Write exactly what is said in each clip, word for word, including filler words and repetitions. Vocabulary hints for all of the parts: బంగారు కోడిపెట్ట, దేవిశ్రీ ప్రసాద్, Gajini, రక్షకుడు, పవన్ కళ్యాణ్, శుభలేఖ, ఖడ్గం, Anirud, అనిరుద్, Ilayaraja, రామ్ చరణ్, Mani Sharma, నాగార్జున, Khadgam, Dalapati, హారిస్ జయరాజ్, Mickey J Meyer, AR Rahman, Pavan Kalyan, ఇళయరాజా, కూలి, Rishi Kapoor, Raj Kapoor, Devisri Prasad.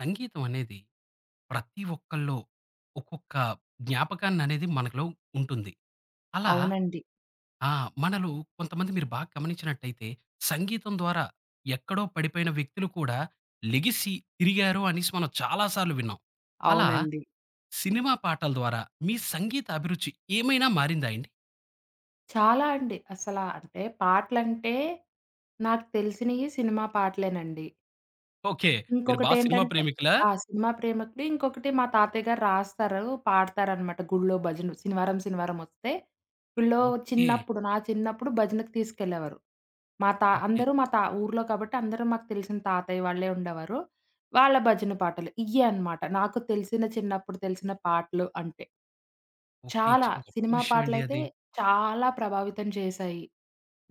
సంగీతం అనేది ప్రతి ఒక్కళ్ళో ఒక్కొక్క జ్ఞాపకాన్ని అనేది మనలో ఉంటుంది. అలా అవునండి. ఆ! మనలో కొంతమంది మీరు బాగా గమనించినట్టయితే సంగీతం ద్వారా ఎక్కడో పడిపోయిన వ్యక్తులు కూడా లెగిసి తిరిగారు అనేసి మనం చాలా సార్లు విన్నాం. అలా అవునండి. సినిమా పాటల ద్వారా మీ సంగీత అభిరుచి ఏమైనా మారిందా అండి? చాలా అండి. అసలా అంటే పాటలంటే నాకు తెలిసినయి సినిమా పాటలేనండి. ఓకే. మీరు బా సినిమా ఇంకొకటేంటంటే ప్రేమికులా? ఆ! సినిమా ప్రేమికుడు. ఇంకొకటి మా తాతయ్య గారు రాస్తారు, పాడతారనమాట గుళ్ళో భజనలు. శనివారం, శనివారం ఒస్తే గుళ్ళో ఓకే. చిన్నప్పుడు, నా చిన్నప్పుడు భజనకి తీసుకెళ్ళేవారు. మా తా ఓకే. అందరూ మా తా ఊర్లో కాబట్టి అందరూ మాకు తెలిసిన తాతయ్య వాళ్ళే ఉండేవారు. వాళ్ళ భజన పాటలు. ఇయ్యే అనమాట. నాకు తెలిసిన చిన్నప్పుడు తెలిసిన పాటలు అంటే. ఓకే. చాలా. చాలా గొప్ప సినిమా విషయం అండి పాటలైతే అది. చాలా ప్రభావితం చేశాయి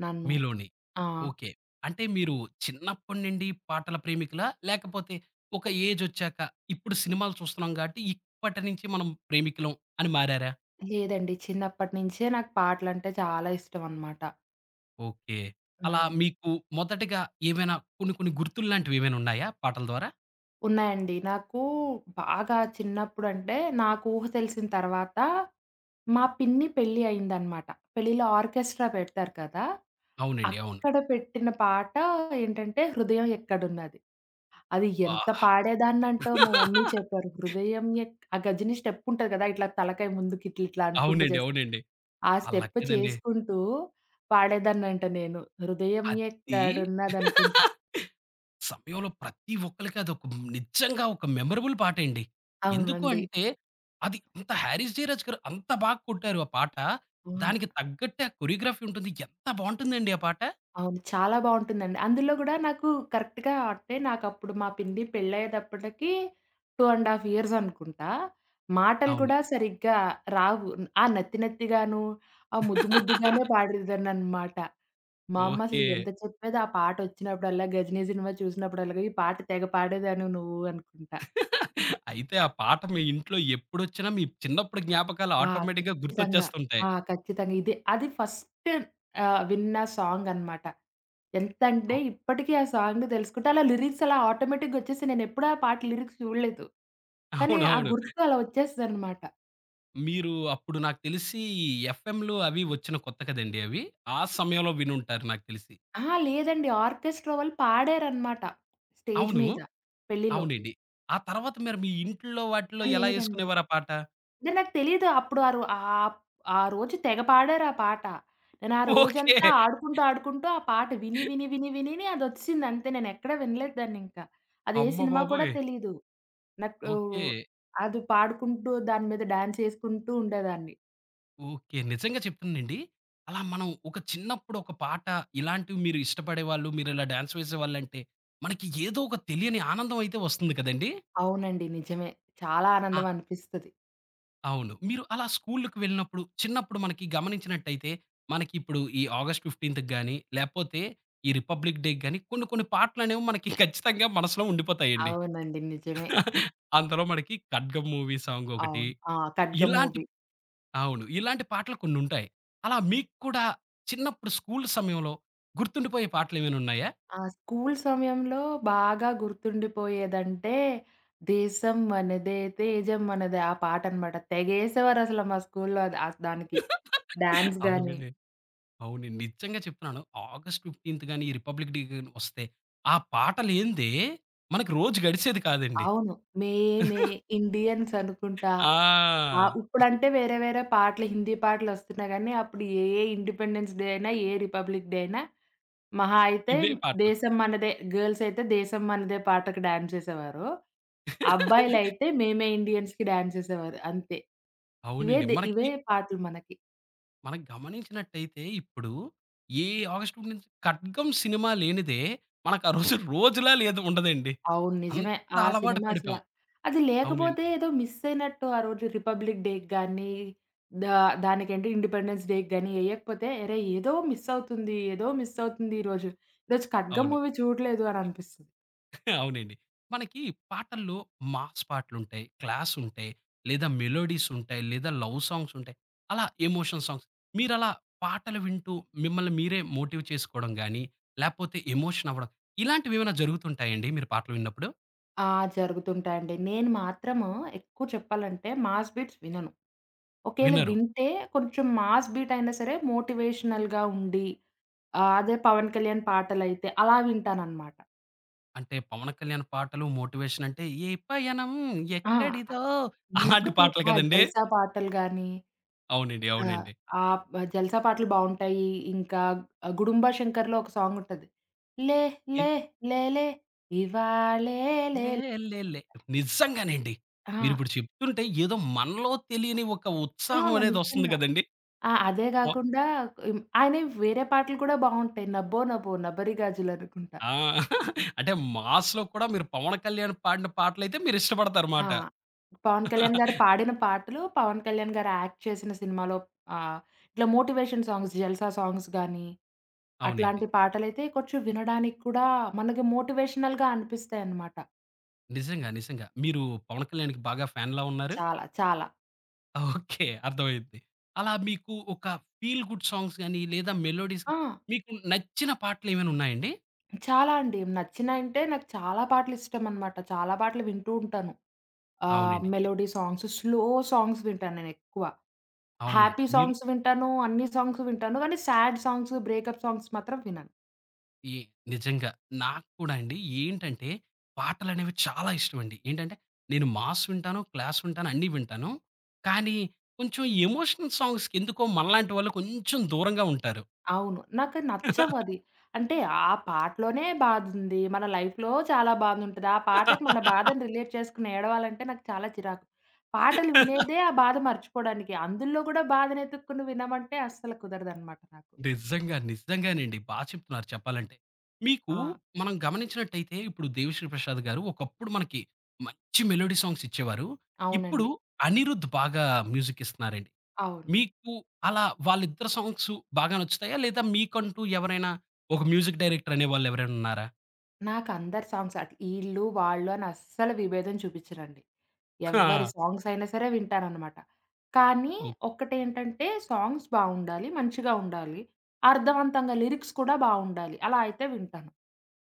నన్ను. మీలోని. ఆ! ఓకే. అంటే మీరు చిన్నప్పటి నుండి పాటల ప్రేమికులా? లేకపోతే ఒక ఏజొచ్చాక ఇప్పుడు సినిమాలు చూస్తున్నాం గాబట్టి ఇప్పటి నుంచి మనం ప్రేమికులం అని మారారా? లేదండి. చిన్నప్పటి నుంచే నాకు పాటలంటే చాలా ఇష్టం అన్నమాట. ఓకే. అలా హ్మ్. మీకు మొదటగా ఏమైనా కొన్ని కొన్ని గుర్తుల్లాంటివేమైనా ఉన్నాయా పాటల ద్వారా? ఉన్నాయండి. నాకు బాగా చిన్నప్పుడంటే నాకు ఊహ తెలిసిన తర్వాత మా పిన్ని పెళ్లి అయిందన్నమాట. పెళ్లిలో ఆర్కెస్ట్రా పెడతారు కదా! అవునండి. అవును. అక్కడ పెట్టిన పాట ఏంటంటే 'హృదయం ఎక్కడున్నది.' అది వా! ఎంత పాడేదాన్నంటో మా మమ్మీ చెప్పారు. 'హృదయం ఎక్' ఆ గజిని స్టెప్ ఉంటది కదా! ఇట్లా తలకాయ ముందుకి ఇట్లా ఇట్లా అనుకుంటూ అవునండి. చేస్ అవునండి. ఆ అలా స్టెప్ కాదండి. చేసుకుంటూ పాడేదాన్నంట నేను. 'హృదయం అది ఎక్కడున్నదనుకుంటా.' సమయంలో ప్రతి ఒక్కళ్ళకి అదొక నిజంగా ఒక మెమరబుల్ పాటండి. ఎందుకు అవునండి. అంటే, అది అంత 'హారిస్ జయరాజ్' గారు అంత బాగా కొట్టారు ఆ పాట. అవును. దానికి తగ్గట్టే ఆ కొరియోగ్రఫీ ఉంటుంది. ఎంత బావుంటుందండి ఆ పాట. అవును. చాలా బావుంటుందండి. అందులో గూడా నాకు కరెక్ట్‌గా అంటే నాకప్పుడు మా పిన్ని పెళ్ళయ్యేటప్పటికి రెండున్నర ఇయర్స్ అనుకుంటా. మాటలు అవును. కూడా సరిగ్గా రావు. ఆ నత్తి నత్తిగాను, ఆ ముద్దు ముద్దుగానే పాడేదాన్ననమాట. మా అమ్మ అసలు ఓకే. ఎంత చెప్పేది ఆ పాటొచ్చినప్పుడల్లా 'గజినీ' సినిమా చూసినప్పుడల్లా ఈ పాట తెగ పాడేదానివి నువ్వు అనుకుంటా. అయితే ఆ పాట మీ ఇంట్లో ఎప్పుడొచ్చినా మీ చిన్నప్పుడు జ్ఞాపకాలు ఆ! ఆటోమేటిక్‌గా ఖచ్చితంగా. గుర్తొచ్చేస్తుంటాయి. ఆ! ఖచ్చితంగా. ఇదే అది ఫస్ట్ ఆహ్, విన్న సాంగ్ అనమాట. ఎంతంటే అవును. ఇప్పటికి ఆ సాంగ్ తెలుసుకుంటే అలా లిరిక్స్ అలా ఆటోమేటిక్‌గొచ్చేసాయి. నేనెప్పుడూ ఆ పాట లిరిక్స్ చూడలేదు. కానీ ఆ అవునవును గుర్తు అలా వచ్చేస్తదనమాట. మీరు అప్పుడు నాకు తెలిసి ఎఫ్ఎంలు అవి వచ్చిన కొత్త కదండీ అవి. ఆ సమయంలో వినుంటారు నాకు తెలిసి. అహా! లేదండి, ఆర్కెస్ట్రా వాళ్ళు పాడారనమాట స్టేజ్ అవును మీద పెళ్ళిలో. అవునండి. ఆ తర్వాత మరి మీ ఇంట్లో వాటిలో ఆ! ఎలా లేదండి. యేసుకునేవారు ఆ పాట? అంటే నాకు తెలీదు. అప్పుడు ఆ రో ఆహ్, ఆ రోజు తెగ పాడారు ఆ పాట. నేను ఆ ఓకే. రోజంతా ఆడుకుంటూ, ఆడుకుంటూ ఆ పాట విని, విని, విని, వినిని అదొచ్చేసింది అంతే. నేనెక్కడ వినలేదు దాన్నింకా. అదే అమ్మ సినిమా కూడా బాబోయ్! తెలీదు. నాకు ఓకే. అది పాడుకుంటూ దాని మీద డాన్స్ చేసుకుంటూ ఉండేదాన్ని. ఓకే. నిజంగా చెప్తున్నానండి. అలా మనం ఒక చిన్నప్పుడు ఒక పాట ఇలాంటివి మీరు ఇష్టపడేవాళ్ళు, మీరిలా డాన్స్ వేసేవాళ్ళంటే, మనకి ఏదో ఒక తెలియని ఆనందం అయితే వస్తుంది కదండీ! అవునండి. నిజమే. చాలా ఆ! ఆనందం అనిపిస్తది. అవును. మీరు అలా స్కూలుకి వెళ్ళినప్పుడు, చిన్నప్పుడు మనకి గమనించినట్టయితే, మనకి ఇప్పుడు ఈ ఆగస్ట్ పదిహేనుకి గాని, లేపోతే ఈ రిపబ్లిక్ డేకి గాని కొన్ని కొన్ని పాటలనేవి మనకి ఖచ్చితంగా మనసులో ఉండిపోతాయండి. అవునండి. నిజమే. అంతలో మనకి 'ఖడ్గం' మూవీ సాంగ్ ఒకటి. అవును. ఆ! 'ఖడ్గం' ఇలాంటి మూవీ. అవును. ఇలాంటి పాటలు కొన్నుంటాయి. అలా మీకు కూడా చిన్నప్పుడు స్కూల్ సమయంలో గుర్తుండిపోయే పాటలేమైనున్నాయా? ఆ! స్కూల్ సమయంలో బాగా గుర్తుండిపోయేదంటే, 'దేశం మనదే తేజం మనదే' ఆ పాటనమాట. తెగేసేవారసల మా స్కూల్లో అది ఆహ్, దానికి. డాన్స్ అవునండి. గాని అవునండి. అవును నిజంగా చెప్తున్నాను. ఆగస్ట్ పదిహేనవ గాని, ఈ రిపబ్లిక్ డే గాని వస్తే ఆ పాట లేనిదే మనకు రోజు గడిచేది కాదండి. అవును. 'మేమే ఇండియన్స్' అనుకుంటా. ఆ! ఆ! ఇప్పుడంటే వేరే వేరే పాటలు హిందీ పాటలొస్తున్నా గానీ, అప్పుడు ఏ ఇండిపెండెన్స్ డే అయినా, ఏ రిపబ్లిక్ డే అయినా మహా అయితే ఇవే పాటలు. 'దేశం మనదే' గర్ల్స్ అయితే 'దేశం మనదే' పాటకి డాన్స్ చేసేవారు. అబ్బాయిలైతే మేమే ఇండియన్స్‌కి డాన్స్ చేసేవారు అంతే. ఇవే అవునండి. ది ఇవే మనకి పాటలు మనకి. మనం గమనించినట్టయితే ఇప్పుడు ఏ ఆగస్ట్ ఒకటి నుంచి ఖడ్గం సినిమా లేనిదే మనకు ఆ రోజు రోజులా లేదు ఉండదండి. అవును. నిజమే. అంత ఆ అలవాటు సినిమా అసల పడిపోయాం. అది అవునండి. లేకపోతే ఏదో మిస్ అయినట్టు ఆ రోజు రిపబ్లిక్ డేకి గాని, దా దానికేంటి ఇండిపెండెన్స్ డేకి గాని ఎయకపోతే అరే! ఏదో మిస్ అవుతుంది. ఏదో మిస్ అవుతుంది ఈరోజు. ఈరోజు 'ఖడ్గం' అవును. మూవీ చూడలేదు అని అనిపిస్తది. అవునండి. మనకి పాటల్లో మాస్ పాటలుంటాయి, క్లాస్ ఉంటాయి, లేదా మెలోడీస్ ఉంటాయి, లేదా లవ్ సాంగ్స్ ఉంటాయి. అలా ఎమోషన్ సాంగ్స్ మీరలా పాటలు వింటూ మిమ్మల్ని మీరే మోటివ్ చేసుకోవడం గాని, లేపోతే ఎమోషన్ అవ్వడం ఇలాంటివేమైనా జరుగుతుంటాయండి మీరు పాటలు విన్నప్పుడు? ఆ! జరుగుతుంటాయండి. నేను మాత్రము ఎక్కువ చెప్పాలంటే మాస్ బీట్స్ వినను. ఒకేళ వినరు. వింటే కొంచెం మాస్ బీట్ అయినా సరే మోటివేషనల్‌గా ఉండి, ఆహ్, అదే 'పవన్ కళ్యాణ్' పాటలైతే అలా వింటాననమాట. అంటే 'పవన్ కళ్యాణ్' పాటలు మోటివేషన్ అంటే ఏ పయనం ఆ! ఎక్కడిదో నీకు అలాంటి తె పాటలు ఆ! కదండీ! 'జల్సా' పాటలు గాని, అవునండి. ఆ! అవునండి. ఆహ్, 'జల్సా' పాటలు బావుంటాయి. ఇంకా 'గుడుంబా శంకర్‌లో' ఒక సాంగ్ ఉంటది. లే లే ఇద్ లేలే ఇవాళే లేలే. లేలేలే నిజంగానండి. ఆ! మీరిప్పుడు చెప్తుంటే ఏదో మనలో తెలియని ఒక ఆ! ఉత్సాహం అనేదొస్తుంది నిజంగా. గదండీ! ఆ! అదే ఓ గాకుండా ఇం ఆయనవి వేరే పాటలు కూడా బావుంటాయి. 'నబ్బో నభో నభరిగాజులు' అనుకుంటా. ఆ! అంటే 'మాస్‌లో' కూడా మీరు 'పవన్ కళ్యాణ్' పాడిన పాటలైతే ఆ! మీరిష్టపడతారుమాట. పవన్ కళ్యాణ్ గారు పాడిన పాటలు, పవన్ కళ్యాణ్ గారు యాక్ట్ చేసిన సినిమాలో ఆహ్, ఇట్లా మోటివేషన్ సాంగ్స్, జల్సా సాంగ్స్ గానీ, అవునండి. అట్లాంటి పాటలైతే కొంచెం వినడానికి కూడా మనకి మోటివేషనల్‌గా అనిపిస్తాయన్నమాట. నిజంగా. నిజంగా. మీరు 'పవన్ కళ్యాణ్‌కి' బాగా ఫ్యాన్‌లా ఉన్నారు? చాలా. చాలా. ఓకే. అర్థమైంది. అలా మీకు ఒక ఫీల్ గుడ్ సాంగ్స్ గాని, లేదా మెలోడీస్ ఆ! గాని, మీకు నచ్చిన పాటలేమైనా ఉన్నాయండి? చాలా అండి. నచ్చినాయంటే నాకు చాలా పాటలిష్టమనమాట. చాలా పాటలు వింటూ ఉంటాను. ఆహ్, అవునండి. ఇ మెలోడీ సాంగ్స్, స్లో సాంగ్స్ వింటాను నేనెక్కువ. అవునండి. హ్యాపీ మీరు సాంగ్స్ వింటాను, అన్ని సాంగ్స్ వింటాను, కానీ సాడ్ సాంగ్స్, బ్రేకప్ సాంగ్స్ మాత్రం వినను. ఏ నిజంగా నాకు కూడా అండి ఏంటంటే, పాటలనేవి చాలా ఇష్టమండి. ఏంటంటే, నేను మాస్ వింటాను, క్లాస్ వింటాను, అన్నీ వింటాను. కానీ, కొంచెం ఎమోషనల్ సాంగ్స్‌కెందుకో మనలాంటి వాళ్ళు కొంచెం దూరంగా ఉంటారు. అవును. నాకు నచ్చవది. అంటే ఆ పాటలోనే బాధుంది. మన లైఫ్‌లో చాలా బాధుంటది. ఆ పాటకి మన బాధని రిలేట్ చేసుకొని ఏడవాలంటే నాకు చాలా చిరాకు. పాటలు వినేదే ఆ బాధ మర్చిపోవడానికి. అందులో గూడా బాధనెతుక్కుని వినమంటే అస్సలు కుదరదనమాట నాకు. నిజంగా. నిజంగానండి. బా చెప్తున్నారు చెప్పాలంటే. మీకు ఆ! మనం గమనించినట్టయితే ఇప్పుడు 'దేవిశ్రీ ప్రసాద్' గారు ఒకప్పుడు మనకి మంచి మెలోడీ సాంగ్స్ ఇచ్చేవారు. ఇప్పుడు అవునండి. అనిరుద్ బాగా మ్యూజిక్ ఇస్తున్నారండి. అవును. మీకు అలా వాళ్ళిద్దరి సాంగ్స్ బాగా నచ్చుతాయా? లేదా మీకంటూ ఎవరైనా ఒక మ్యూజిక్ డైరెక్టర్ అనేవాళ్ళు ఎవరైనా ఉన్నారా? నాకందరి సాంగ్స్ అట్ ఈళ్ళు, వాళ్ళు అని అస్సలు విభేదం చూపిచ్చనండి. ఎవ్వరి ఆ! సాంగ్స్ అయినా సరే వింటాననమాట. కానీ ఓహ్! ఒక్కటేంటంటే సాంగ్స్ బావుండాలి, మంచిగా ఉండాలి, అర్థవంతంగా లిరిక్స్ కూడా బావుండాలి. అలా అయితే వింటాను.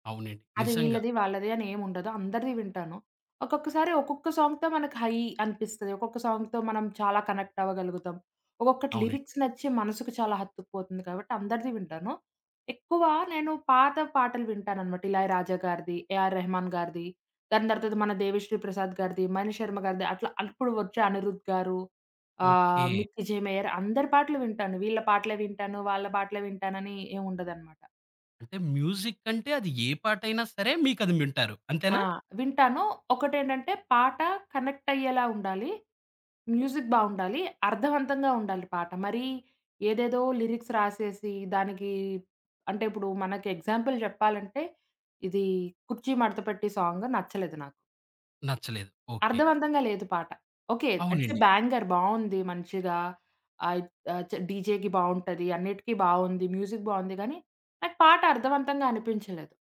అవునండి. అది నిజంగా. వీళ్ళది, వాళ్ళది అని ఏముండదు. అందరిది వింటాను. ఒక్కొక్కసారి ఒక్కొక్క సాంగ్‌తో మనకు హై అనిపిస్తది. ఒక్కొక్క సాంగ్‌తో మనం చాలా కనెక్ట్ అవ్వగలుగుతాం. ఒక్కొక్కటి అవునండి. లిరిక్స్ నచ్చి మనసుకు చాలా హత్తుకుపోతుంది కాబట్టి అందరిది వింటాను. ఎక్కువ నేను పాత పాటలు వింటాననమాట. 'ఇళయరాజా' గారిది, 'ఏఆర్ రెహమాన్' గారిది, దాని తర్వాత మన 'దేవిశ్రీ ప్రసాద్' గారిది, 'మణి శర్మ' గారిది అట్లా అప్పుడు వచ్చే 'అనిరుద్' గారు, ఓకే. ఆహ్, 'మిక్కీ జె మేయర్' అందరి పాటలు వింటాను. వీళ్ళ పాటలే వింటాను, వాళ్ళ పాటలే వింటానని ఏముండదనమాట. అంటే మ్యూజిక్ అంటే అది ఏ పాటైనా సరే మీకది వింటారు. ఆ! అంతేనా? వింటాను. ఒకటేంటంటే పాట కనెక్ట్ అయ్యేలా ఉండాలి. మ్యూజిక్ బావుండాలి. అర్థవంతంగా ఉండాలి పాట. మరీ ఏదేదో లిరిక్స్ రాసేసి దానికి అంటే ఇప్పుడు మనకి ఎగ్జాంపుల్ చెప్పాలంటే ఇది 'కుర్చీ మడతపెట్టి' సాంగ్ నచ్చలేదు నాకు. నచ్చలేదు. ఓకే. అర్థవంతంగా లేదు పాట. ఓకే. ఇట్స్ ఎ అవునండి. బ్యాంగర్, బావుంది మంచిగా. ఆహ్, ఆహ్, చ డీజేకి బావుంటది. అన్నిటికి బావుంది. మ్యూజిక్ బావుంది. కానీ నాకు పాట అర్థవంతంగా అనిపించలేదు.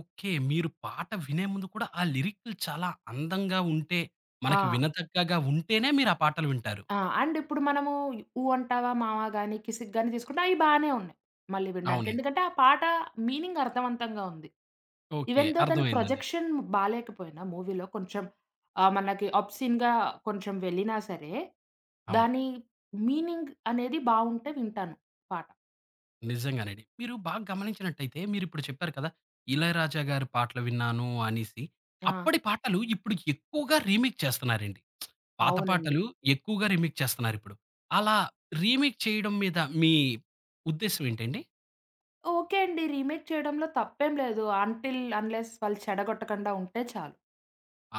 ఓకే. మీరు పాట వినే ముందు కూడా ఆ లిరిక్లు చాలా అందంగా ఉంటే, ఆ! మనకి వినతగ్గగా ఉంటేనే మీరు ఆ పాటలు వింటారు. ఆ! అండ్ ఇప్పుడు మనము 'ఊ అంటావా మావా' గాని, 'కిసిక్' గాని తీసుకుంటే అయి బానే ఉన్నాయి. మళ్ళీ వినడానికి. అవునండి. ఎందుకంటే ఆ పాట మీనింగ్ అర్థవంతంగా ఉంది. ఓకే. ఈవెన్ దో దాని అర్థమైందండి. ప్రొజెక్షన్ బాలేకపోయినా మూవీలో కొంచెం ఆహ్, మనకి అబ్‌సీన్‌గా కొంచెం వెళ్ళినా సరే, అవును. దాని మీనింగ్ అనేది బావుంటే వింటాను పాట. నిజంగానండి. మీరు బాగా గమనించినట్టయితే మీరిప్పుడు చెప్పారు కదా! 'ఇళయరాజా' గారి పాటలు విన్నాను అనేసి. ఆ! అప్పటి పాటలు ఇప్పుడు ఎక్కువగా రీమేక్ చేస్తున్నారండి. పాత అవునండి. పాటలు ఎక్కువగా రీమేక్ చేస్తున్నారిప్పుడు. అలా రీమేక్ చేయడం మీద మీ ఉద్దేశ్యం ఏంటండి? ఓకే అండి. రీమేక్ చేయడంలో తప్పేం లేదు. అంటిల్ అన్‌లెస్ వాళ్ళు చెడగొట్టకుండా ఉంటే చాలు.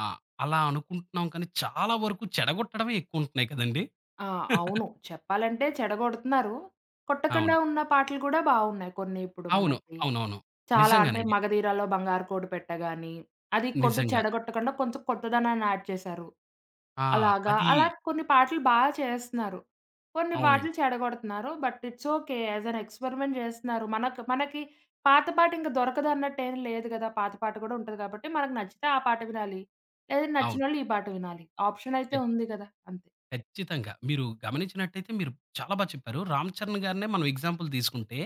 ఆ! అలా అనుకుంటున్నాం కానీ చాలా వరకు చెడగొట్టడమే ఎక్కువుంటున్నాయి కదండీ! ఆ! అవును. చెప్పాలంటే చెడగొడుతున్నారు. కొట్టకుండా అవును. ఉన్న పాటలు కూడా బావున్నాయి కొన్ని ఇప్పుడు అవును. మనకి. అవునవును చాలా అంటే నిజంగానండి. 'మగధీరాలో బంగారు కోడి పెట్ట' గాని, అది కొట్టు నిజంగా. చెడగొట్టకుండా కొంచెం కొత్తదనాన్ని యాడ్ చేశారు. ఆ! అలాగా, అది అలా కొన్ని పాటలు బా చేస్తున్నారు. కొన్ని అవునండి. పాటలు చెడగొడుతున్నారు. But it's okay. As an experiment చేస్తున్నారు. మనకు మనకి పాత పాట ఇంక దొరకదు అన్నట్టేం లేదు గదా! పాత పాట కూడా ఉంటది కాబట్టి, మనకు నచ్చితే ఆ పాట వినాలి. లేదంటే అవును. నచ్చినోళ్ళు ఈ పాట వినాలి. ఆప్షన్ అయితే ఖచ్ ఉంది గదా! అంతే. ఖచ్చితంగా. మీరు గమనించినట్టయితే మీరు చాలా బా చెప్పారు. 'రామ్ చరణ్' గారినే మనం ఎగ్జాంపుల్ తీసుకుంటే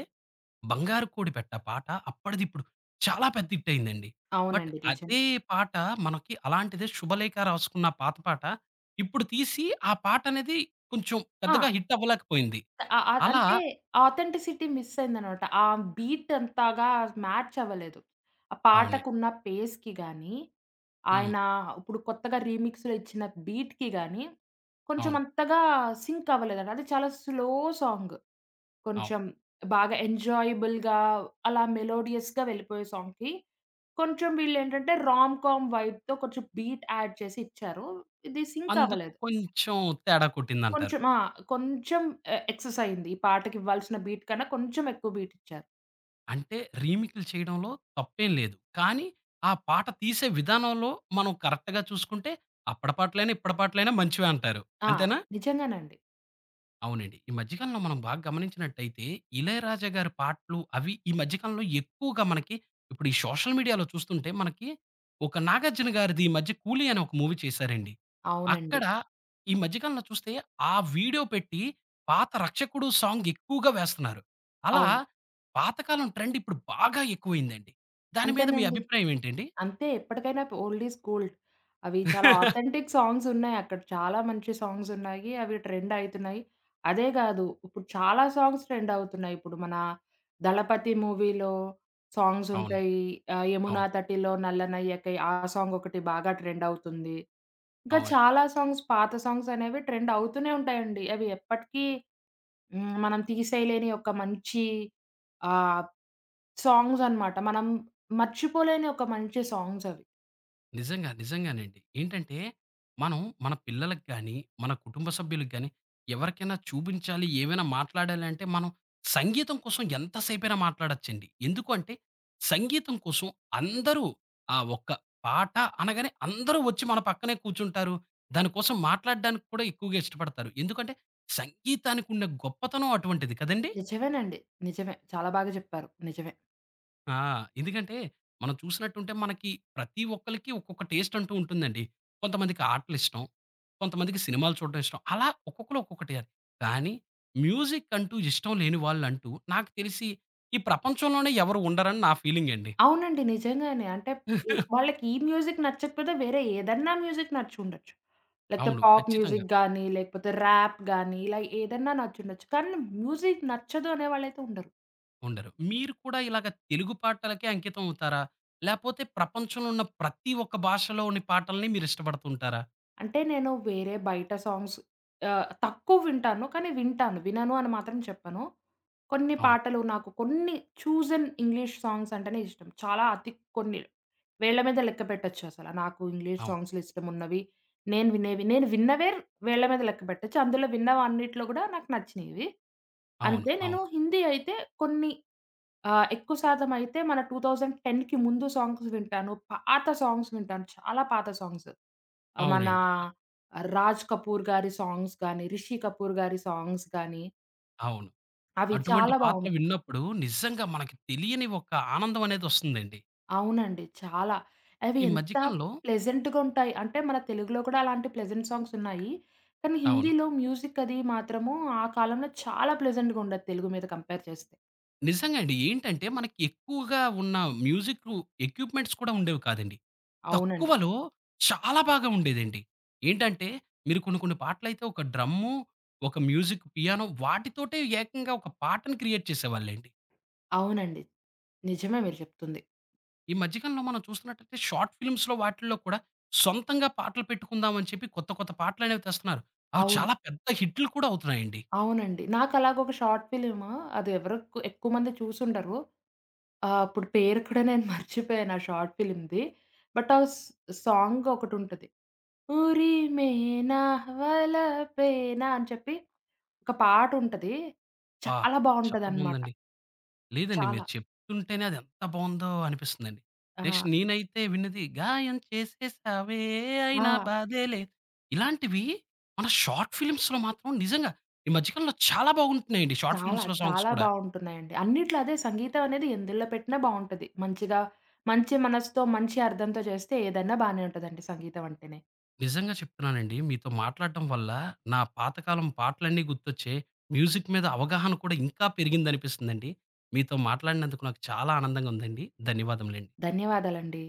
'బంగారు కోడిపెట్ట' పాట అప్పటిదిప్పుడు చాలా పెద్ద హిట్ అయిందండి. బట్ అవునండి. నిజమే. అదే పాట మనకి అలాంటిదే 'శుభలేఖ రాసుకున్న' పాత పాట ఇప్పుడు తీసి ఆ పాట అనేది కొంచెం ఆ! పెద్దగా హిట్ అవ్వలేకపోయింది. ఆ! ఆ! అలా అంటే ఆథెంటిసిటీ మిస్ అయిందనమాట. ఆ బీట్ అంతగా మ్యాచ్ అవ్వలేదు. ఆ అవునండి. పాటకున్న పేస్‌కి గాని, హ్మ్. ఆయన ఇప్పుడు కొత్తగా రీమిక్స్‌లో ఇచ్చిన బీట్‌కి గాని, కొంచెం అవును. అంతగా సింక్ అవ్వలేదండి. అది చాలా స్లో సాంగ్. అవును. కొంచెం బాగా ఎంజాయబుల్‌గా అలా మెలోడియస్‌గా వెళ్ళిపోయే సాంగ్‌కి, కొంచెం వీళ్ళేంటంటే రామ్ కామ్ వైబ్‌తో కొంచెం బీట్ యాడ్ చేసి ఇచ్చారు. ఇది సింక్ అందుకు అవ్వలేదు. కొంచెం తేడా కొట్టిందంటారు. కొంచెం ఆ! కొంచెం ఎ ఎక్సెస్ అయింది. ఈ పాటకివ్వాల్సిన బీట్ కన్నా కొంచెం ఎక్కువ బీట్ ఇచ్చారు. అంటే రీమిక్‌లు చేయడంలో తప్పేం లేదు. కానీ ఆ పాట తీసే విధానంలో మనం కరెక్ట్‌గా చూసుకుంటే అప్పటి పాటలైనా, ఇప్పటి పాటలైనా మంచివే అంటారు. ఆ! అంతేనా? నిజంగానండి. అవునండి. ఈ మధ్య కాలంలో మనం బాగా గమనించినట్టయితే, 'ఇళయరాజా' గారి పాటలు అవి ఈ మధ్య కాలంలో ఎక్కువగా మనకి ఇప్పుడు ఈ సోషల్ మీడియాలో చూస్తుంటే మనకి ఒక 'నాగార్జున' గారిది ఈ మధ్య 'కూలి' అని ఒక మూవీ చేశారండి. అవునండి. అక్కడ ఈ మధ్య కాలంలో చూస్తే ఆ వీడియో పెట్టి పాత 'రక్షకుడు' సాంగ్ ఎక్కువగా వేస్తున్నారు. అలా అవును. పాతకాలం ట్రెండ్ ఇప్పుడు బాగా ఎక్కువైందండి. దాని మీద మీ అంతేనండి. అభిప్రాయం ఏంటండి? అంతే ఎప్పటికైనా ప్ ఓల్డ్ ఈజ్ గోల్డ్. అవి చాలా ఆథెంటిక్ సాంగ్స్ ఉన్నాయి అక్కడ. చాలా మంచి సాంగ్స్ ఉన్నాయి. అవి ట్రెండ్ అయితున్నాయి. అదే కాదు ఇప్పుడు చాలా సాంగ్స్ ట్రెండ్ అవుతున్నాయి. ఇప్పుడు మన 'దళపతి' మూవీలో సాంగ్స్ అవునండి. ఉంటాయి. ఆహ్, 'యమునా అవును. తటిలో నల్లనయ్యకై' ఆ సాంగ్ ఒకటి బాగా ట్రెండ్ అవుతుంది. ఇంకా అవును. చాలా సాంగ్స్ పాత సాంగ్స్ అనేవి ట్రెండ్ అవుతూనే ఉంటాయండి. అవి ఎప్పటికీ హ్మ్, మనం తీసేయలేని ఒక మంచి ఆహ్, సాంగ్స్ అన్నమాట. మనం మర్చిపోలేని ఒక మంచి సాంగ్స్ అవి. నిజంగా. నిజంగానండి. ఏంటంటే, మనం మన పిల్లలకి గాని, మన కుటుంబ సభ్యులకి గాని, ఎవరికైనా చూపించాలి, ఏమైనా మాట్లాడాలి అంటే, మనం సంగీతం కోసం ఎంత సేపైనా మాట్లాడొచ్చండి. ఎందుకు అంటే, సంగీతం కోసం అందరూ ఆ ఒక్క పాట అనగానే అందరూ వచ్చి మన పక్కనే కూర్చుంటారు. దాని కోసం మాట్లాడడానికి కూడా ఎక్కువగా ఇష్టపడతారు. ఎందుకంటే, సంగీతానికున్న గొప్పతనం అటువంటిది కదండీ! నిజమేనండి. నిజమే. చాలా బాగా చెప్పారు. నిజమే. ఆ! ఎందుకంటే, మనం చూసినట్టుంటే మనకి ప్రతి ఒక్కళ్ళకి ఒక్కొక్క టేస్ట్ అంటూ ఉంటుందండి. కొంతమందికి ఆటలిష్టం, కొంతమందికి సినిమాలు చూడడం ఇష్టం. అలా ఒక్కొక్కళ్ళు ఒక్కొక్కటి. అది. కానీ మ్యూజిక్ అంటూ ఇష్టం లేని వాళ్ళంటూ నాకు తెలిసి ఈ ప్రపంచంలోనే ఎవరు ఉండరని నా ఫీలింగండి. అవునండి. నిజంగానే. అంటే ఈ వాళ్ళకి ఈ మ్యూజిక్ నచ్చకపోతే వేరే ఏదన్నా మ్యూజిక్ నచ్చుండొచ్చు. లేకపోతే అవును. పాప్ ఖచ్చితంగా మ్యూజిక్ గానీ, లేకపోతే ర్యాప్ గానీ, ఇలా ఏదన్నా నచ్చుండొచ్చు. కానీ మ్యూజిక్ నచ్చదు అనే వాళ్ళైతే ఉండరు. ఉండరు. మీరు కూడా ఇలాగ తెలుగు పాటలకే అంకితం అవుతారా? లేపోతే ప్రపంచంలో ఉన్న ప్రతి ఒక్క భాషలోని పాటల్ని మీరిష్టపడుతుంటారా? అంటే నేను వేరే బయట సాంగ్స్ ఆహ్, తక్కువ వింటాను. కానీ వింటాను. వినను అని మాత్రం చెప్పను. కొన్ని అవును. పాటలు నాకు కొన్ని చూజన్ ఇంగ్లీష్ సాంగ్స్ అంటేనే ఇష్టం. చాలా అతి కొన్ని వేళ్ళ మీద లెక్క పెట్టొచ్చు అసల. నాకు ఇంగ్లీష్ అవును. సాంగ్స్‌లో ఇష్టమున్నవి, నేను వినేవి. నేను విన్నవే వేళ్ళ మీద లెక్క పెట్టొచ్చు. అందులో విన్నవన్నిట్లో కూడా నాకు నచ్చినవి. అవును. అంతే నేను అవును. హిందీ అయితే కొన్ని ఆహ్, ఎక్కువ శాతం అయితే మన 2010కి ముందు సాంగ్స్ వింటాను. పాత సాంగ్స్ వింటాను. చాలా పాత సాంగ్స్. ఆహ్, మన అవునండి. అ 'రాజ్ కపూర్' గారి సాంగ్స్ గాని, 'రిషి కపూర్' గారి సాంగ్స్ గాని, అవును. అవి అటువంటి చాలా పాటలు బావుంటాయి. విన్నప్పుడు నిజంగా మనకి తెలియని ఒక ఆనందం అనేదొస్తుందండి. అవునండి. చాలా. అవి ఈ ఎంత మధ్య కాలంలో ప్లెజెంట్‌గా ఉంటాయి. అంటే మన తెలుగులో కూడా అలాంటి ప్లెజెంట్ సాంగ్స్ ఉన్నాయి. కానీ అవును. హిందీలో మ్యూజిక్ అది మాత్రము ఆ కాలంలో చాలా ప్లెజెంట్‌గా ఉండేది తెలుగు మీద కంపేర్ చేస్తే. నిజంగా అండి. ఏంటంటే మనకి ఎక్కువగా ఉన్న మ్యూజిక్ ఎక్విప్‌మెంట్స్ కూడా ఉండేవి కాదండి. అవునండి. తక్కువలో చాలా బాగా ఉండేదండి. ఏంటంటే మీరు కొన్ని కొన్ని పాటలైతే ఒక డ్రమ్ము, ఒక మ్యూజిక్ పియానో వాటితోటే ఏకంగా ఒక పాటను క్రియేట్ చేసేవాళ్ళండి. అవునండి. నిజమే మీరు చెప్తుంది. ఈ మధ్య కాలంలో మనం చూస్తున్నట్టయితే షార్ట్ ఫిల్మ్స్‌లో వాటిల్లో కూడా సొంతంగా పాటలు పెట్టుకుందాం అని చెప్పి కొత్త కొత్త పాటలనేవి తెస్తున్నారు. అవి అవును. చాలా పెద్ద హిట్‌లు కూడా అవుతున్నాయండి. అవునండి. నాకు అలాగ ఒక షార్ట్ ఫిల్మ్ అది ఎవరో ఎక్కువ మంది చూసుండరు. ఆ! అప్పుడు పేరు కూడా నేను మర్చిపోయాను ఆ షార్ట్ ఫిల్మ్‌ది. బట్ ఆ స్ సాంగ్ ఒకటుంటది. ఉరిమేనా వలపేనా అని చెప్పి ఒక పాటుంటది. అబ్బా! చాలా చాలా బావుంటదనమాట. బావుందండి. లేదండి చాలా. మీరు చెప్తుంటేనే అది ఎంత బావుందో అనిపిస్తుందండి. నెక్స్ట్ ఆ! నేనైతే విన్నది గాయం చేసేసావే ఆ! అయినా బాధే లేదు. ఇలాంటివి మన షార్ట్ ఫిల్మ్స్‌లో మాత్రం నిజంగా ఈ మధ్య కాలంలో చాలా బాగుంటున్నాయండి షార్ట్ చాలా, ఫిల్మ్స్‌లో సాంగ్స్ చాలా కూడా. బావుంటున్నాయండి. అన్నిట్లో అదే సంగీతం అనేది ఎందులో పెట్టినా బావుంటది. మంచిగా మంచి మనసుతో, మంచి అర్థంతో చేస్తే ఏదైనా బానే ఉంటదండి సంగీతం అంటేనే. నిజంగా చెప్తున్నానండి మీతో మాట్లాడటం వల్ల నా పాతకాలం పాటలన్నీ గుర్తొచ్చాయి. మ్యూజిక్ మీద అవగాహన కూడా ఇంకా పెరిగిందనిపిస్తుందండి. మీతో మాట్లాడినందుకు నాకు చాలా ఆనందంగా ఉందండి. ధన్యవాదములండి. ధన్యవాదాలండి.